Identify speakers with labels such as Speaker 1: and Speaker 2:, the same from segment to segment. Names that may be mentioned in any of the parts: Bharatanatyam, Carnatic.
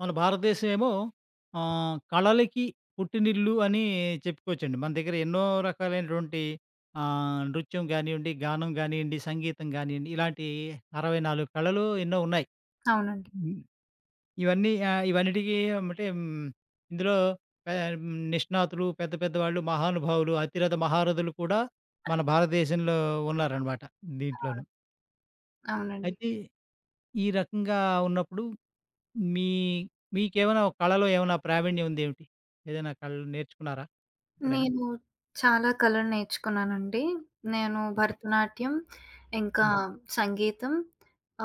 Speaker 1: మన భారతదేశం ఏమో కళలకి పుట్టినిల్లు అని చెప్పుకోవచ్చండి. మన దగ్గర ఎన్నో రకాలైనటువంటి నృత్యం గానియండి, గానం గానియండి, సంగీతం గానియండి ఇలాంటి 64 కళలు ఎన్నో ఉన్నాయి.
Speaker 2: అవునండి.
Speaker 1: హ్మ్. ఇవన్నీ ఇవన్నిటికి అంటే ఇందులో నిష్ణాతులు, పెద్ద పెద్ద వాళ్ళు, మహానుభావులు, అతిరథ మహారథులు కూడా మన భారతదేశంలో ఉన్నారనమాట దీంట్లోను.
Speaker 2: అవునండి.
Speaker 1: అయితే ఈ రకంగా ఉన్నప్పుడు మీ మీకేమైనా ఒక కళలో ఏమైనా ప్రావీణ్యం ఉందేమిటి? ఏదైనా కళలు నేర్చుకున్నారా ఎక్కడైనా?
Speaker 2: నేను చాలా కళలు నేర్చుకున్నానండి. నేను భరతనాట్యం, ఇంకా
Speaker 1: హ్మ్.
Speaker 2: సంగీతం,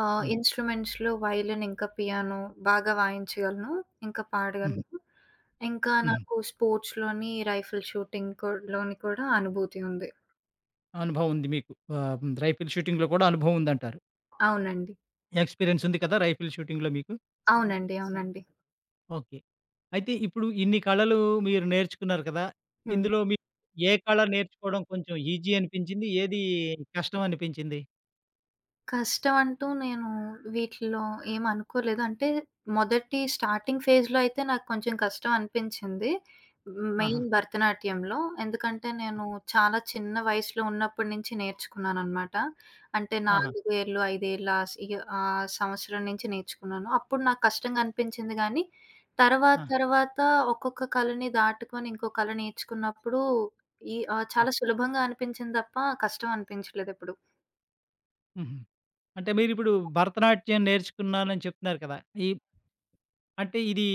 Speaker 1: హ్మ్.
Speaker 2: ఇన్‌స్ట్రుమెంట్స్‌లో వయలిన్, ఇంకా పియానో బాగా వాయించగలను. ఇంకా
Speaker 1: హ్మ్.
Speaker 2: పాడగలను. ఇంకా
Speaker 1: హ్మ్.
Speaker 2: నాకు స్పోర్ట్స్‌లోని రైఫిల్ షూటింగ్ లోని కూడా అనుభూతి ఉంది.
Speaker 1: అనుభవం ఉంది మీకు. హ్మ్. రైఫిల్ షూటింగ్‌లో కూడా అనుభవం ఉందంటారు.
Speaker 2: అవునండి.
Speaker 1: ఎక్స్‌పీరియన్స్ ఉంది కదా! రైఫిల్ షూటింగ్‌లో మీకు.
Speaker 2: అవునండి. అవునండి.
Speaker 1: ఓకే. అయితే ఇప్పుడు ఇన్ని కళలు మీరు నేర్చుకున్నారు కదా!
Speaker 2: హ్మ్.
Speaker 1: ఇందులో మీకు ఏ కళ నేర్చుకోవడం కొంచెం ఈజీ అనిపించింది? ఏది కష్టం అనిపించింది?
Speaker 2: కష్టమంటూ నేను వీటిలో ఏమి అనుకోలేదు. అంటే మొదటి స్టార్టింగ్ ఫేజ్‌లో అయితే నాకు కొంచెం కష్టం అనిపించింది.
Speaker 1: ఆహా!
Speaker 2: మెయిన్ భరతనాట్యంలో. ఎందుకంటే నేను చాలా చిన్న వయసులో ఉన్నప్పటి నుంచి నేర్చుకున్నాననమాట. అంటే
Speaker 1: ఆహా!
Speaker 2: 4 ఏళ్ళు, 5 ఏళ్ళ ఆ సంవత్సరం నుంచి నేర్చుకున్నాను. అప్పుడు నాకు కష్టంగా అనిపించింది గానీ, తర్వాత
Speaker 1: ఆ!
Speaker 2: తర్వాత ఒక్కొక్క కళని దాటుకొని ఇంకో కళ నేర్చుకున్నప్పుడు
Speaker 1: ఆ!
Speaker 2: చాలా సులభంగా అనిపించింది తప్ప కష్టం అనిపించలేదెప్పుడు.
Speaker 1: హుహు. అంటే మీరిప్పుడు భరతనాట్యం నేర్చుకున్నానని చెప్తున్నారు కదా! ఈ అంటే ఇది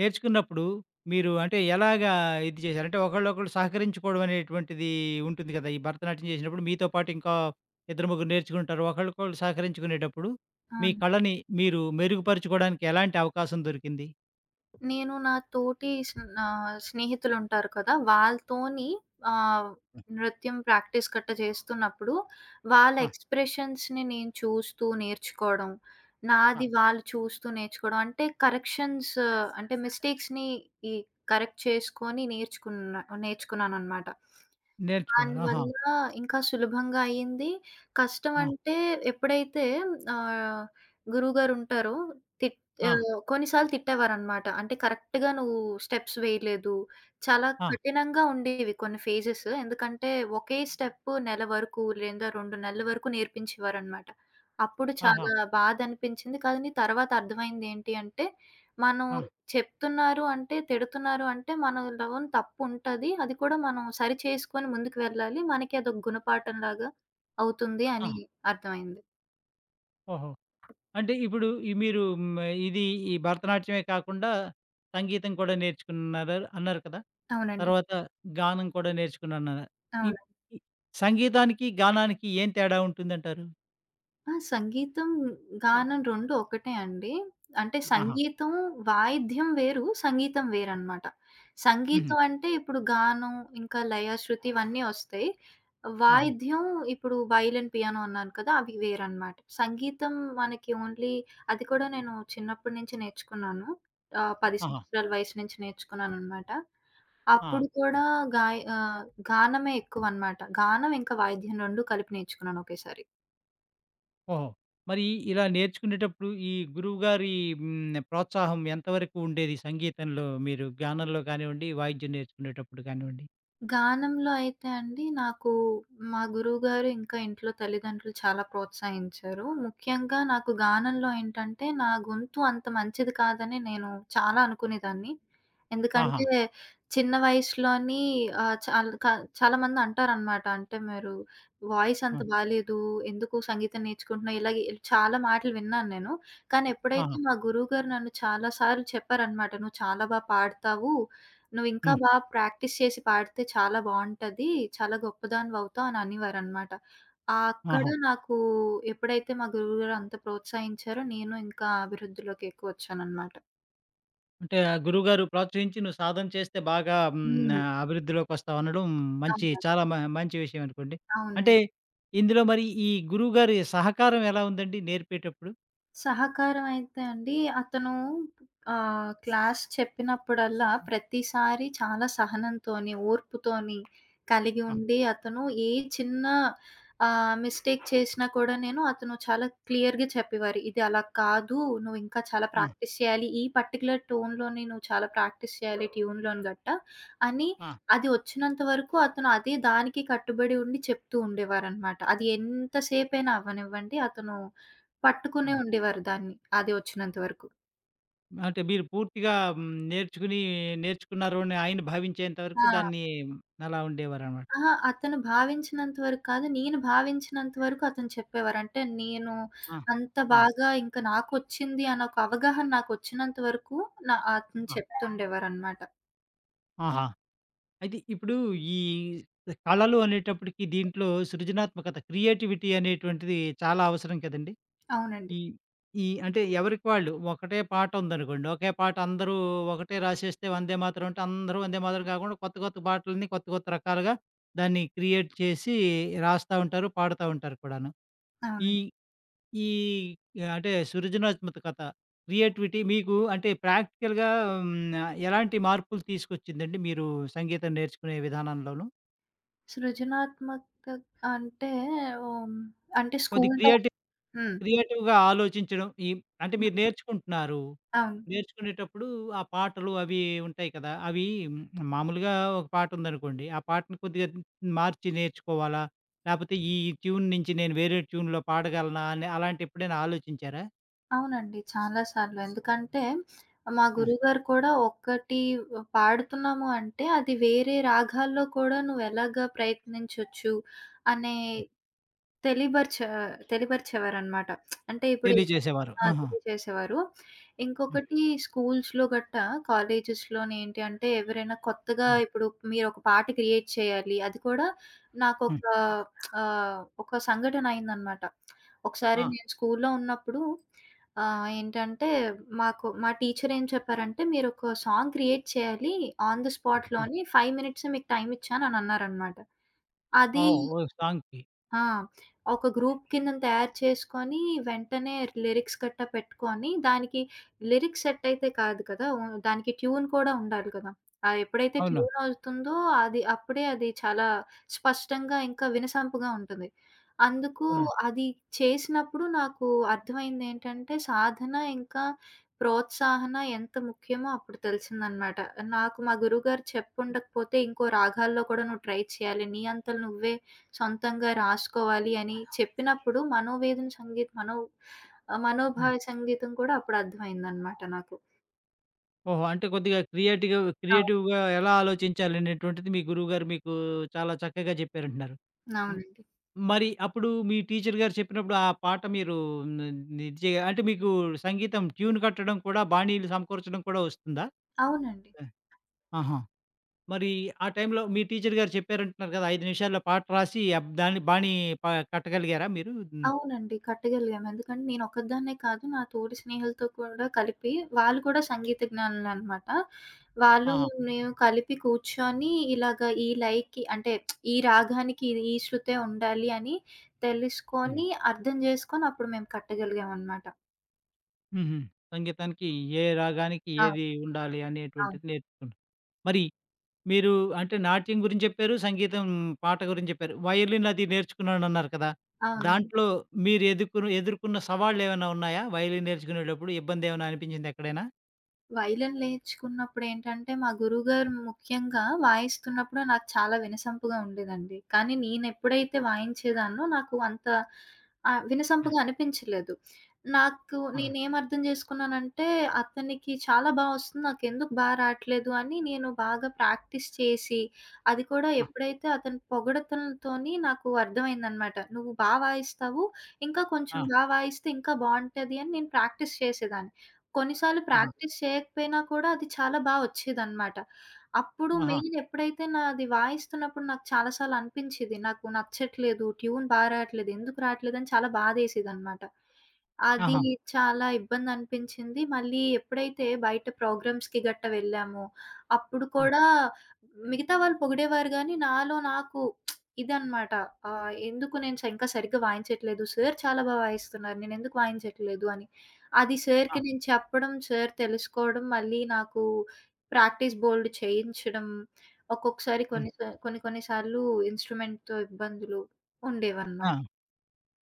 Speaker 1: నేర్చుకున్నప్పుడు మీరు అంటే ఎలాగా ఇది చేశారు? అంటే ఒకళ్ళొకళ్ళు సహకరించుకోవడం అనేటువంటిది ఉంటుంది కదా! ఈ భరతనాట్యం చేసినప్పుడు మీతో పాటు ఇంకా ఇద్దరు, ముగ్గురు నేర్చుకుంటారు. ఒకళ్ళకొకళ్ళు సహకరించుకునేటప్పుడు మీ
Speaker 2: అవును.
Speaker 1: కళని మీరు మెరుగుపరుచుకోవడానికి ఎలాంటి అవకాశం దొరికింది?
Speaker 2: నేను నా తోటి స్నేహితులుంటారు కదా! వాళ్ళతోని ఆహ్,
Speaker 1: హ్మ్.
Speaker 2: నృత్యం ప్రాక్టీస్ గట్టా చేస్తున్నప్పుడు, వాళ్ళ
Speaker 1: ఆ!
Speaker 2: ఎక్స్‌ప్రెషన్స్‌ని నేను చూస్తూ నేర్చుకోవడం,
Speaker 1: ఆ!
Speaker 2: నాది వాళ్ళు చూస్తూ నేర్చుకోవడం. అంటే కరెక్షన్స్ అంటే మిస్టేక్స్‌ని ఈ కరెక్ట్ చేసుకొని నేర్చుకున్నాననమాట.
Speaker 1: నేర్చుకున్నారు. ఆహా!
Speaker 2: దానివల్ల ఇంకా సులభంగా అయింది. కష్టం
Speaker 1: ఆ!
Speaker 2: అంటే ఎప్పుడైతే ఆహ్, గురువుగారుంటారో తిట్
Speaker 1: ఆ!
Speaker 2: కొన్నిసార్లు తిట్టేవారనమాట. అంటే కరెక్ట్‌గా నువ్వు స్టెప్స్ వేయలేదు. చాలా
Speaker 1: ఆ!
Speaker 2: కఠినంగా ఉండేవి కొన్ని ఫేజెస్. ఎందుకంటే ఒకే స్టెప్ నెల వరకు లేదా 2 నెలల వరకు నేర్పించేవారనమాట. అప్పుడు
Speaker 1: ఆహా!
Speaker 2: చాలా బాధ అనిపించింది. కానీ తర్వాత అర్థమైందేంటి అంటే, మనం
Speaker 1: ఆ!
Speaker 2: చెప్తున్నారు అంటే, తిడుతున్నారు అంటే, మనలోని తప్పుంటది. అది కూడా మనం సరి చేసుకొని ముందుకు వెళ్ళాలి. మనకి అదొక గుణపాఠంలాగా అవుతుంది
Speaker 1: ఆ!
Speaker 2: అని అర్థమైంది.
Speaker 1: ఓహో! అంటే ఇప్పుడు ఈ మీరు ఇది ఈ భరతనాట్యమే కాకుండా సంగీతం కూడా నేర్చుకున్నారు అన్నారు కదా!
Speaker 2: అవునండి.
Speaker 1: తర్వాత గానం కూడా నేర్చుకున్నానన్నారు. ఈ
Speaker 2: అవును.
Speaker 1: ఈ సంగీతానికి, గానానికి ఏం తేడా ఉంటుందంటారు?
Speaker 2: ఆ! సంగీతం, గానం 2 ఒకటే అండి. అంటే
Speaker 1: ఆహా!
Speaker 2: సంగీతం, వాయిద్యం వేరు, సంగీతం వేరనమాట.
Speaker 1: హుహు.
Speaker 2: సంగీతం అంటే ఇప్పుడు గానం, ఇంకా లయ, శృతి ఇవన్నీ వస్తాయి.
Speaker 1: హుహు.
Speaker 2: వాయిద్యం ఇప్పుడు వయలిన్, పియానో అన్నాను కదా! అవి వేరనమాట. సంగీతం మనకి ఓన్లీ అది కూడా నేను చిన్నప్పటి నుంచి నేర్చుకున్నాను. 10
Speaker 1: ఆహా!
Speaker 2: సంవత్సరాల వయసు నుంచి నేర్చుకున్నాననమాట.
Speaker 1: ఆ!
Speaker 2: అప్పుడు కూడా గాయ్ ఆహ్, గానమే ఎక్కువనమాట. గానం ఇంకా వాయిద్యం 2 కలిపి నేర్చుకున్నాను ఒకేసారి.
Speaker 1: ఓహో! మరి ఇలా నేర్చుకునేటప్పుడు ఈ గురువుగారి ప్రోత్సాహం ఎంతవరకు ఉండేది సంగీతంలో మీరు గానంలో కానివ్వండి, వాయిద్యం నేర్చుకునేటప్పుడు కానివ్వండి?
Speaker 2: గానంలో అయితే అండి నాకు మా గురువుగారు, ఇంకా ఇంట్లో తల్లిదండ్రులు చాలా ప్రోత్సహించారు. ముఖ్యంగా నాకు గానంలో ఏంటంటే, నా గొంతు అంత మంచిది కాదని నేను చాలా అనుకునేదాన్ని.
Speaker 1: ఆహా!
Speaker 2: ఎందుకంటే చిన్న వయసులోని ఆహ్, చాల్ క చాలామంది అంటారనమాట. అంటే మీరు వాయిస్
Speaker 1: ఆ!
Speaker 2: అంత బాలేదు. ఎందుకు సంగీతం నేర్చుకుంటున్నావు? ఇలాగే చాలా మాటలు విన్నాను నేను. కానీ ఎప్పుడైతే
Speaker 1: ఆహా!
Speaker 2: మా గురువుగారు నన్ను చాలా సార్లు చెప్పారనమాట. "నువ్వు చాలా బా పాడతావు. నువ్వింకా
Speaker 1: హ్మ్.
Speaker 2: బా ప్రాక్టీస్ చేసి పాడితే చాలా బావుంటది. చాలా గొప్పదానివవుతావు అని అనేవారనమాట. అక్కడ
Speaker 1: ఆహా!
Speaker 2: నాకు ఎప్పుడైతే మా గురువుగారు అంత ప్రోత్సహించారో, నేను ఇంకా అభివృద్ధిలోకి ఎక్కువొచ్చాననమాట.
Speaker 1: అంటే ఆ గురువుగారు ప్రోత్సహించి నువ్వు సాధన చేస్తే బాగా
Speaker 2: హ్మ్.
Speaker 1: అభివృద్ధిలోకొస్తావు అనడం మంచి
Speaker 2: అవును.
Speaker 1: చాలా మంచి విషయం అనుకోండి. అంటే
Speaker 2: అవునండి.
Speaker 1: ఇందులో మరి ఈ గురువుగారి సహకారం ఎలా ఉందండి నేర్పేటప్పుడు?
Speaker 2: సహకారం అయితే అండి, అతను క్లాస్ చెప్పినప్పుడల్లా ప్రతిసారి చాలా సహనంతోని, ఓర్పుతోని కలిగి
Speaker 1: ఆ!
Speaker 2: ఉండి, అతను ఏ చిన్న మిస్టేక్ చేసినా కూడా అతను చాలా క్లియర్‌గా చెప్పేవారు. "ఇది అలా కాదు. నువ్వు ఇంకా చాలా
Speaker 1: ఆ!
Speaker 2: ప్రాక్టీస్ చేయాలి. ఈ పర్టిక్యులర్ టోన్‌లోని నువ్వు చాలా ప్రాక్టీస్ చేయాలి ట్యూన్‌లోని గట్ట" అని
Speaker 1: ఆ!
Speaker 2: అది వచ్చినంత వరకు అతను అదే దానికి కట్టుబడి ఉండి చెప్తూ ఉండేవారనమాట. అది ఎంత సేపైనా అవ్వనివ్వండి అతను
Speaker 1: ఆ!
Speaker 2: పట్టుకునే ఉండేవారు దాన్ని. అది వచ్చినంత వరకు.
Speaker 1: అంటే మీరు పూర్తిగా నేర్చుకుని నేర్చుకున్నారు అని ఆయన భావించేంత వరకు
Speaker 2: ఆ!
Speaker 1: దాన్ని అలా ఉండేవారనమాట.
Speaker 2: అహా! అతను భావించినంత వరకు కాదు. నేను భావించినంత వరకు అతను చెప్పేవారు. అంటే నేను
Speaker 1: ఆ!
Speaker 2: అంత
Speaker 1: ఆ!
Speaker 2: బాగా ఇంకా నాకొచ్చింది అన్న ఒక అవగాహన నాకొచ్చినంత వరకు అతను
Speaker 1: ఆ!
Speaker 2: చెప్తుండేవారనమాట.
Speaker 1: ఆహా! అయితే ఇప్పుడు ఈ కళలు అనేటప్పటికి దీంట్లో సృజనాత్మకత క్రియేటివిటీ అనేటువంటిది చాలా అవసరం కదండీ!
Speaker 2: అవునండి.
Speaker 1: ఈ ఈ అంటే ఎవరికి వాళ్ళు ఒకటే పాట ఉందనుకోండి. ఒకే పాట అందరూ ఒకటే రాసేస్తే వందే మాతరం అంటే అందరూ వందే మాతరం కాకుండా కొత్త కొత్త పాటలని కొత్త కొత్త రకాలుగా దాన్ని క్రియేట్ చేసి రాస్తా ఉంటారు. పాడుతా ఉంటారు కూడాను. ఈ
Speaker 2: అవునండి.
Speaker 1: ఈ అంటే సృజనాత్మక కథ క్రియేటివిటీ మీకు అంటే ప్రాక్టికల్‌గా హ్మ్. ఎలాంటి మార్పులు తీసుకొచ్చిందండి మీరు సంగీతం నేర్చుకునే విధానంలోను?
Speaker 2: సృజనాత్మకత అంటే హ్మ్. అంటే
Speaker 1: కొద్ది
Speaker 2: స్కూల్‌లో
Speaker 1: క్రియేటి
Speaker 2: హ్మ్.
Speaker 1: క్రియేటివ్‌గా ఆలోచించడం. ఈ అంటే మీరు నేర్చుకుంటున్నారు.
Speaker 2: అవును.
Speaker 1: నేర్చుకునేటప్పుడు ఆ పాటలు అవి ఉంటాయి కదా! అవి హ్మ్, మామూలుగా ఒక పాటుందనుకోండి. ఆ పాటను కొద్దిగా మార్చి నేర్చుకోవాలా? లేపోతే ఈ ట్యూన్ నుంచి నేను వేరే ట్యూన్‌లో పాడగలనా? అని అలాంటి ఎప్పుడైనా ఆలోచించారా?
Speaker 2: అవునండి. చాలా సార్లు. ఎందుకంటే మా
Speaker 1: ఆ!
Speaker 2: గురువుగారు కూడా ఒక్కటి పాడుతున్నాము అంటే అది వేరే రాగాల్లో కూడా నువ్వెలాగా ప్రయత్నించొచ్చు అనే
Speaker 1: హ్మ్.
Speaker 2: తెలియబరిచా తెలియపరిచేవారనమాట. అంటే ఇప్పుడు ఏదో
Speaker 1: తెలియజేసేవారు.
Speaker 2: ఆ!
Speaker 1: ఆహా!
Speaker 2: తెలియజేసేవారు.
Speaker 1: హ్మ్.
Speaker 2: ఇంకొకటి స్కూల్స్‌లో గట్టా, కాలేజెస్‌లోని ఏంటి అంటే, ఎవరైనా కొత్తగా
Speaker 1: హ్మ్.
Speaker 2: ఇప్పుడు మీరొక పాట క్రియేట్ చేయాలి. అది కూడా నాకొక
Speaker 1: హ్మ్.
Speaker 2: ఒక సంఘటన అయిందనమాట. ఒకసారి
Speaker 1: ఆ!
Speaker 2: నేను స్కూల్‌లో ఉన్నప్పుడు ఏంటంటే, మాకు మా టీచర్ ఏం చెప్పారంటే, "మీరొక సాంగ్ క్రియేట్ చేయాలి. On the
Speaker 1: ah!
Speaker 2: స్పాట్‌లోని 5 మినిట్సే మీకు టైమిచ్చాను" అని అన్నారనమాట. అది
Speaker 1: ఓహ్! ఓహ్! సాంగ్‌కి.
Speaker 2: ఆ! ఒక గ్రూప్ కిందన తయారు చేసుకొని, వెంటనే లిరిక్స్ గట్టా పెట్టుకొని, దానికి లిరిక్స్ సెట్ అయితే కాదు కదా! ఓ దానికి ట్యూన్ కూడా ఉండాలి కదా! ఆ ఎప్పుడైతే
Speaker 1: అవును.
Speaker 2: ట్యూన్ అవుతుందో, అది అప్పుడే అది చాలా స్పష్టంగా ఇంకా వినసొంపుగా ఉంటుంది. అందుకు
Speaker 1: అవునండి.
Speaker 2: అది చేసినప్పుడు నాకు అర్థమైందేంటంటే, సాధన ఇంకా ప్రోత్సాహన ఎంత ముఖ్యమో అప్పుడు తెలిసిందనమాట. నాకు మా గురువుగారు చెప్పుండకపోతే, ఇంకో రాగాల్లో కూడా నువ్వు ట్రై చేయాలి. నీ అంతల నువ్వే సొంతంగా రాసుకోవాలి అని చెప్పినప్పుడు మనోవేదన సంగీత్ మనో ఆహ్,
Speaker 1: హ్మ్.
Speaker 2: మనోభావ సంగీతం కూడా అప్పుడు అర్థమైందనమాట నాకు.
Speaker 1: ఓహో! అంటే కొద్దిగా క్రియేటివ్‌గా
Speaker 2: అవును.
Speaker 1: క్రియేటివ్‌గా ఎలా ఆలోచించాలనేటువంటిది మీ గురువుగారు మీకు చాలా చక్కగా చెప్పారంటున్నారు. హ్మ్.
Speaker 2: అవునండి.
Speaker 1: మరి అప్పుడు మీ టీచర్ గారు చెప్పినప్పుడు ఆ పాట మీరు ని నిజే అంటే మీకు సంగీతం ట్యూన్ కట్టడం కూడా, బాణీలు సమకూర్చడం కూడా వస్తుందా?
Speaker 2: అవునండి.
Speaker 1: ఆ! ఆహా! మరి ఆ టైంలో మీ టీచర్ గారు చెప్పారంటున్నారు కదా! 5 నిమిషాల్లో పాట రాసి దాన్ని బాణీ ప కట్టగలిగారా మీరు? హ్మ్.
Speaker 2: అవునండి. కట్టగలిగాము. ఎందుకంటే నేను ఒక్కదాన్నే కాదు నా తోటి స్నేహితులతో కూడా కలిపి వాళ్ళు కూడా సంగీత జ్ఞానులనమాట. వాళ్ళు
Speaker 1: ఆహా!
Speaker 2: నేను కలిపి కూర్చొని ఇలాగ ఈ లైకి అంటే ఈ రాగానికి ఇది ఈ శృతే ఉండాలి అని
Speaker 1: హ్మ్.
Speaker 2: తెలుసుకొని, అర్థం జేసుకొని అప్పుడు మేము కట్టగలిగామనమాట.
Speaker 1: హుహు. సంగీతానికి ఏ రాగానికి
Speaker 2: అవును.
Speaker 1: ఏది ఉండాలి
Speaker 2: అవును.
Speaker 1: అనేటువంటిది నేర్చుకున్నారు. మరి మీరు అంటే నాట్యం గురించి చెప్పారు. సంగీతం పాట గురించి చెప్పారు. వయలిన్ అది నేర్చుకున్నానన్నారు కదా!
Speaker 2: అవునండి.
Speaker 1: దాంట్లో మీరు ఎదుర్కొన్న ఎదుర్కొన్న సవాళ్ళేమైనా ఉన్నాయా? వయలిన్ నేర్చుకునేటప్పుడు ఇబ్బందేమైనా అనిపించిందా ఎక్కడైనా?
Speaker 2: వైలెన్ నేర్చుకున్నప్పుడేంటంటే, మా గురువుగారు ముఖ్యంగా వాయిస్తున్నప్పుడు నాకు చాలా వినసొంపుగా ఉండేదండి. కానీ నేనెప్పుడైతే వాయించేదాన్నో, నాకు అంత
Speaker 1: ఆ!
Speaker 2: వినసొంపుగా అనిపించలేదు. నాకు
Speaker 1: ఆహా!
Speaker 2: నేనేం అర్థం చేసుకున్నానంటే, అతనికి చాలా బా వస్తుంది, నాకెందుకు బా రాట్లేదు అని నేను బాగా ప్రాక్టీస్ చేసి, అది కూడా
Speaker 1: ఆ!
Speaker 2: ఎప్పుడైతే అతని పొగడతలతోని నాకు అర్థమైందనమాట. "నువ్వు బా వాయిస్తావు, ఇంకా కొంచెం
Speaker 1: ఆ!
Speaker 2: బా వాయిస్తే ఇంకా బావుంటది" అని నేను ప్రాక్టీస్ చేసేదాన్ని. కొన్నిసార్లు
Speaker 1: ఆహా!
Speaker 2: ప్రాక్టీస్ చేయకపోయినా కూడా అది చాలా బా ఒచ్చేదనమాట. అప్పుడు
Speaker 1: ఆహా!
Speaker 2: మెయిన్ ఎప్పుడైతే నాది వాయిస్తున్నప్పుడు నాకు చాలా సార్లు అనిపించేది. నాకు నచ్చట్లేదు, ట్యూన్ బా రాట్లేదు, ఎందుకు రాట్లేదని చాలా బాధేసేదనమాట. అది
Speaker 1: ఆహా!
Speaker 2: చాలా ఇబ్బందనిపించింది. మళ్ళీ ఎప్పుడైతే బయట ప్రోగ్రామ్స్‌కి గట్టా వెళ్ళామో, అప్పుడు
Speaker 1: హ్మ్.
Speaker 2: కూడా మిగతా వాళ్ళు పొగిడేవారు గానీ, నాలో నాకు ఇదనమాట. ఎందుకు నేను ఇంకా సరిగ్గా వాయించట్లేదు, సార్ చాలా బా వాయిస్తున్నారు, నేనెందుకు వాయించట్లేదు అని. అది సార్‌కి
Speaker 1: ఆ!
Speaker 2: నేను చెప్పడం, సార్ తెలుసుకోవడం, మళ్ళీ నాకు ప్రాక్టీస్ బోలెడు చేయించడం, ఒక్కొక్కసారి
Speaker 1: హ్మ్.
Speaker 2: కొన్ని సా కొన్ని కొన్ని సార్లు ఇన్‌స్ట్రుమెంట్‌తో ఇబ్బందులు
Speaker 1: ఆ!
Speaker 2: ఉండేవన్నమాట.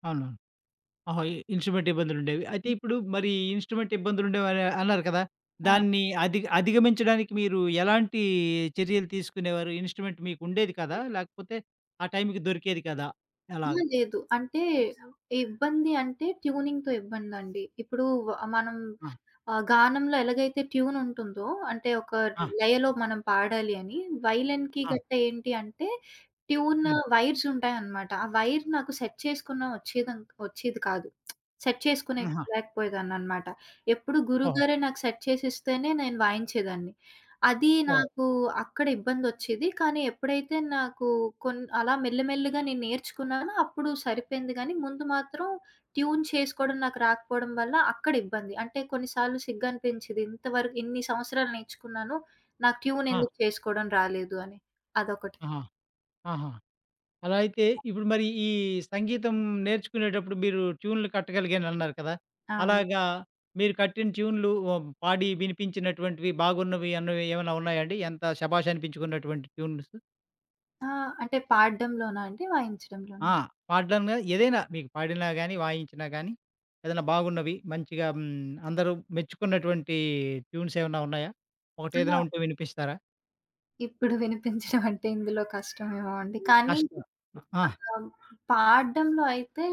Speaker 1: అవునవును. ఓహో! ఇన్‌స్ట్రుమెంట్ ఇబ్బందులుండేవి. అయితే ఇప్పుడు మరి ఇన్‌స్ట్రుమెంట్ ఇబ్బందులుండేవని అన్నారు కదా!
Speaker 2: ఆ!
Speaker 1: దాన్ని అధిగమించడానికి మీరు ఎలాంటి చర్యలు తీసుకునేవారు? ఇన్‌స్ట్రుమెంట్ మీకుండేది కదా! లేకపోతే ఆ టైంకి దొరికేది కదా?
Speaker 2: అహా!
Speaker 1: ఎలాగా?
Speaker 2: లేదు. అంటే ఇబ్బంది అంటే ట్యూనింగ్‌తో ఇబ్బందండి. ఇప్పుడు మనం
Speaker 1: ఆ!
Speaker 2: గానంలో ఎలాగైతే ట్యూన్ ఉంటుందో అంటే ఒక
Speaker 1: ఆ!
Speaker 2: లయలో మనం పాడాలి అని, వైలెన్‌కి
Speaker 1: ఆ!
Speaker 2: గట్టా ఏంటి అంటే ట్యూన్
Speaker 1: హ్మ్.
Speaker 2: వైర్స్ ఉంటాయన్నమాట. ఆ వైర్ నాకు సెట్ చేసుకున్న వచ్చేది కాదు. సెట్ చేసుకునే
Speaker 1: ఆహా!
Speaker 2: లేకపోయేదాన్నన్నమాట. ఎప్పుడు
Speaker 1: ఓహో!
Speaker 2: గురువుగారే నాకు సెట్ చేసిస్తేనే నేను వాయించేదాన్ని. అది
Speaker 1: ఓహో!
Speaker 2: నాకు అక్కడ ఇబ్బందొచ్చేది. కానీ ఎప్పుడైతే నాకు అలా మెల్లమెల్లగా నేను నేర్చుకున్నానో అప్పుడు సరిపోయింది గానీ, ముందు మాత్రం ట్యూన్ చేసుకోవడం నాకు రాకపోవడం వల్ల అక్కడ ఇబ్బంది. అంటే కొన్నిసార్లు సిగ్గనిపించేది. ఇంతవరకు ఇన్ని సంవత్సరాలు నేర్చుకున్నాను. నాకు ట్యూన్
Speaker 1: ఆ!
Speaker 2: ఎందుకు చేసుకోవడం రాలేదు అని. అదొకటి.
Speaker 1: ఆహా! ఆహా! అలా అయితే ఇప్పుడు మరి ఈ సంగీతం నేర్చుకునేటప్పుడు మీరు ట్యూన్‌లు కట్టగలిగానన్నారు కదా!
Speaker 2: అవును.
Speaker 1: అలాగా మీరు కట్టిన ట్యూన్‌లు పాడి వినిపించినటువంటివి బాగున్నవి అన్నవి ఏమైనా ఉన్నాయండి? ఎంత శభాష్ అనిపించుకున్నటువంటి ట్యూన్స్?
Speaker 2: ఆ! అంటే పాడడంలోనా అండి? వాయించడంలోనా?
Speaker 1: ఆ! పాడడంలో ఏదైనా మీకు పాడినా గాని, వాయించినా గాని ఏదైనా బాగున్నవి మంచిగా అందరూ మెచ్చుకున్నటువంటి ట్యూన్స్ ఏమన్నా ఉన్నాయా?
Speaker 2: ఆ!
Speaker 1: ఒకటేదైనా ఉంటే వినిపిస్తారా?
Speaker 2: ఇప్పుడు వినిపించడం అంటే ఇందులో కష్టమేమో అండి. కానీ
Speaker 1: కష్టం. ఆ!
Speaker 2: అలా పాడడంలో అయితే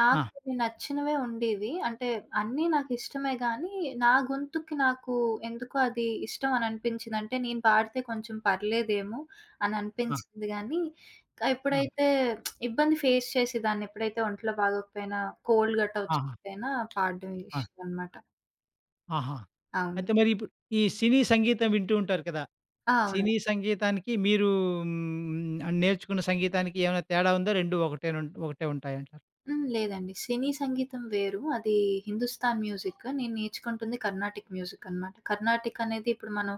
Speaker 2: నాకు
Speaker 1: ఆ!
Speaker 2: నచ్చినవే ఉండేవి. అంటే అన్నీ నాకిష్టమే గానీ, నా గొంతుకి నాకు ఎందుకో అది ఇష్టం అని అనిపించింది. అంటే నేను పాడితే కొంచెం పర్లేదేమో అని
Speaker 1: ఆ!
Speaker 2: అనిపించింది గానీ,
Speaker 1: ఆ!
Speaker 2: ఎప్పుడైతే ఇబ్బంది ఫేస్ చేసేదాన్ని ఎప్పుడైతే ఒంట్లో బాగోకపోయినా, కోల్డ్ గట్టా
Speaker 1: ఆహా!
Speaker 2: వచ్చిపోయినా పాడడం
Speaker 1: ఆ!
Speaker 2: ఇష్టమనమాట.
Speaker 1: ఆహా!
Speaker 2: అవును.
Speaker 1: అయితే మరి ఇప్పుడు ఈ సినీ సంగీతం వింటూ ఉంటారు కదా!
Speaker 2: ఆ! అవును.
Speaker 1: సినీ సంగీతానికి మీరు నేర్చుకున్న సంగీతానికి ఏమైనా తేడా ఉందా? 2 ఒకటే ఉంటాయంటారా?
Speaker 2: హ్మ్. లేదండి. సినీ సంగీతం వేరు. అది హిందుస్థాన్ మ్యూజిక్. నేను నేర్చుకుంటుంది కర్ణాటిక్ మ్యూజిక్ అనమాట. కర్ణాటిక్ అనేది ఇప్పుడు మనం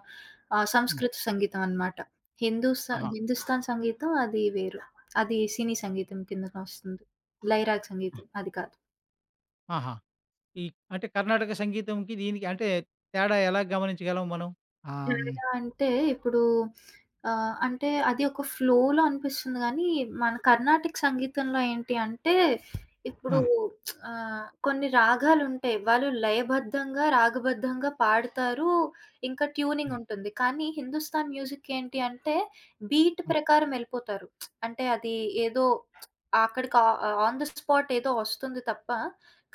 Speaker 1: హ్మ్.
Speaker 2: సంస్కృత సంగీతం అనమాట. హిందూస
Speaker 1: ఆహా!
Speaker 2: హిందుస్థాన్ సంగీతం అది వేరు. అది సినీ సంగీతం కిందకొస్తుంది. లైరాగ్
Speaker 1: ఆ!
Speaker 2: సంగీతం అది కాదు.
Speaker 1: ఆహా! ఈ అంటే కర్ణాటక సంగీతంకి దీనికి అంటే తేడా ఎలా గమనించగలం మనం? హ్మ్.
Speaker 2: తేడా అంటే ఇప్పుడు అంటే అది ఒక ఫ్లోలో అనిపిస్తుంది గానీ, మన కర్ణాటిక్ సంగీతంలో ఏంటి అంటే, ఇప్పుడు
Speaker 1: ఆ!
Speaker 2: కొన్ని రాగాలుంటాయి. వాళ్ళు లయబద్ధంగా, రాగబద్ధంగా పాడతారు. ఇంకా
Speaker 1: ఆ!
Speaker 2: ట్యూనింగ్ ఉంటుంది. కానీ హిందుస్థాన్ మ్యూజిక్ ఏంటి అంటే, బీట్
Speaker 1: హ్మ్.
Speaker 2: ప్రకారం ఎళ్ళిపోతారు. అంటే అది ఏదో అక్కడికి ఆ ఆన్ ది స్పాట్ ఏదో వస్తుంది తప్ప,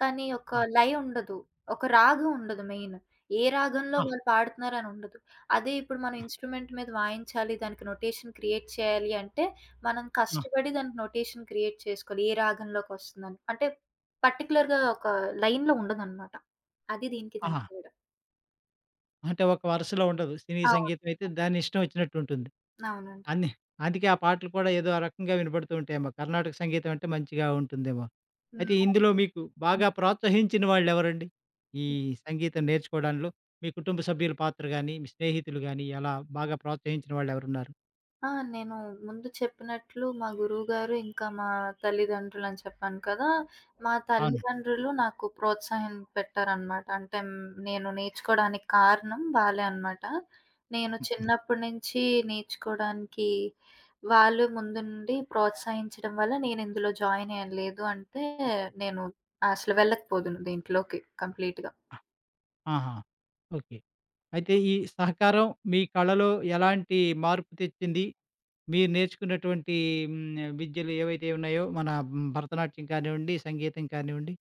Speaker 2: కానీ ఒక
Speaker 1: ఆ!
Speaker 2: లయ ఉండదు. ఒక రాగం ఉండదు మెయిన్. ఏ రాగంలో
Speaker 1: ఆ!
Speaker 2: వాళ్ళు పాడుతున్నారని ఉండదు. అదే ఇప్పుడు మనం
Speaker 1: ఆ!
Speaker 2: ఇన్‌స్ట్రుమెంట్ మీద వాయించాలి, దానికి నొటేషన్ క్రియేట్ చేయాలి అంటే, మనం
Speaker 1: ఆ!
Speaker 2: కష్టపడి దానికి నొటేషన్ క్రియేట్ చేసుకోవాలి. ఏ రాగంలోకొస్తుందని. అంటే పర్టిక్యులర్‌గా ఒక లైన్‌లో ఉండదనమాట. అది దీనికి
Speaker 1: ఆహా!
Speaker 2: దానికి తేడా.
Speaker 1: అంటే ఒక వరుసలో ఉండదు. సినీ
Speaker 2: అవును.
Speaker 1: సంగీతం అయితే దాని ఇష్టం వచ్చినట్టు ఉంటుంది.
Speaker 2: అవునండి.
Speaker 1: అన్ని అందుకే ఆ పాటలు కూడా ఏదో ఆ రకంగా వినపడుతూ ఉంటాయేమో. కర్ణాటక సంగీతం అంటే మంచిగా ఉంటుందేమో. అయితే
Speaker 2: హ్మ్.
Speaker 1: ఇందులో మీకు
Speaker 2: హ్మ్.
Speaker 1: బాగా ప్రోత్సహించిన వాళ్ళెవరండి? ఈ సంగీతం నేర్చుకోవడంలో మీ కుటుంబ సభ్యుల పాత్ర గాని, మీ స్నేహితులు గాని అలా బాగా ప్రోత్సహించిన వాళ్ళెవరున్నారు?
Speaker 2: ఆ! నేను ముందు చెప్పినట్లు మా గురువుగారు, ఇంకా మా తల్లిదండ్రులని చెప్పాను కదా! మా
Speaker 1: అవును.
Speaker 2: తల్లిదండ్రులు నాకు ప్రోత్సాహం పెట్టారనమాట. అంటే నేను నేర్చుకోవడానికి కారణం వాళ్ళే అనమాట. నేను
Speaker 1: హ్మ్.
Speaker 2: చిన్నప్పటి నుంచి నేర్చుకోవడానికి వాళ్ళు ముందు నుండి ప్రోత్సహించడం వల్ల నేను ఇందులో జాయిన్ అయ్యాను. లేదు అంటే నేను అసలు వెళ్ళకపోదును దీంట్లోకి కంప్లీట్‌గా.
Speaker 1: ఆ! ఆహా! ఓకే. అయితే ఈ సహకారం మీ కళలో ఎలాంటి మార్పు తెచ్చింది? మీరు నేర్చుకున్నటువంటి విద్యలు ఏవైతే ఉన్నాయో మన భరతనాట్యం కానివ్వండి, సంగీతం కానివ్వండి,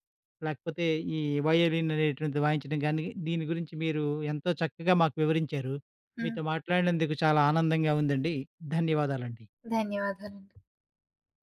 Speaker 1: లేకపోతే ఈ వయోలిన్ అనేటువంటిది వాయించడం కానీ, దీని గురించి మీరు ఎంతో చక్కగా మాకు వివరించారు.
Speaker 2: హ్మ్.
Speaker 1: మీతో మాట్లాడినందుకు చాలా ఆనందంగా ఉందండి. ధన్యవాదాలండి.
Speaker 2: ధన్యవాదాలండి.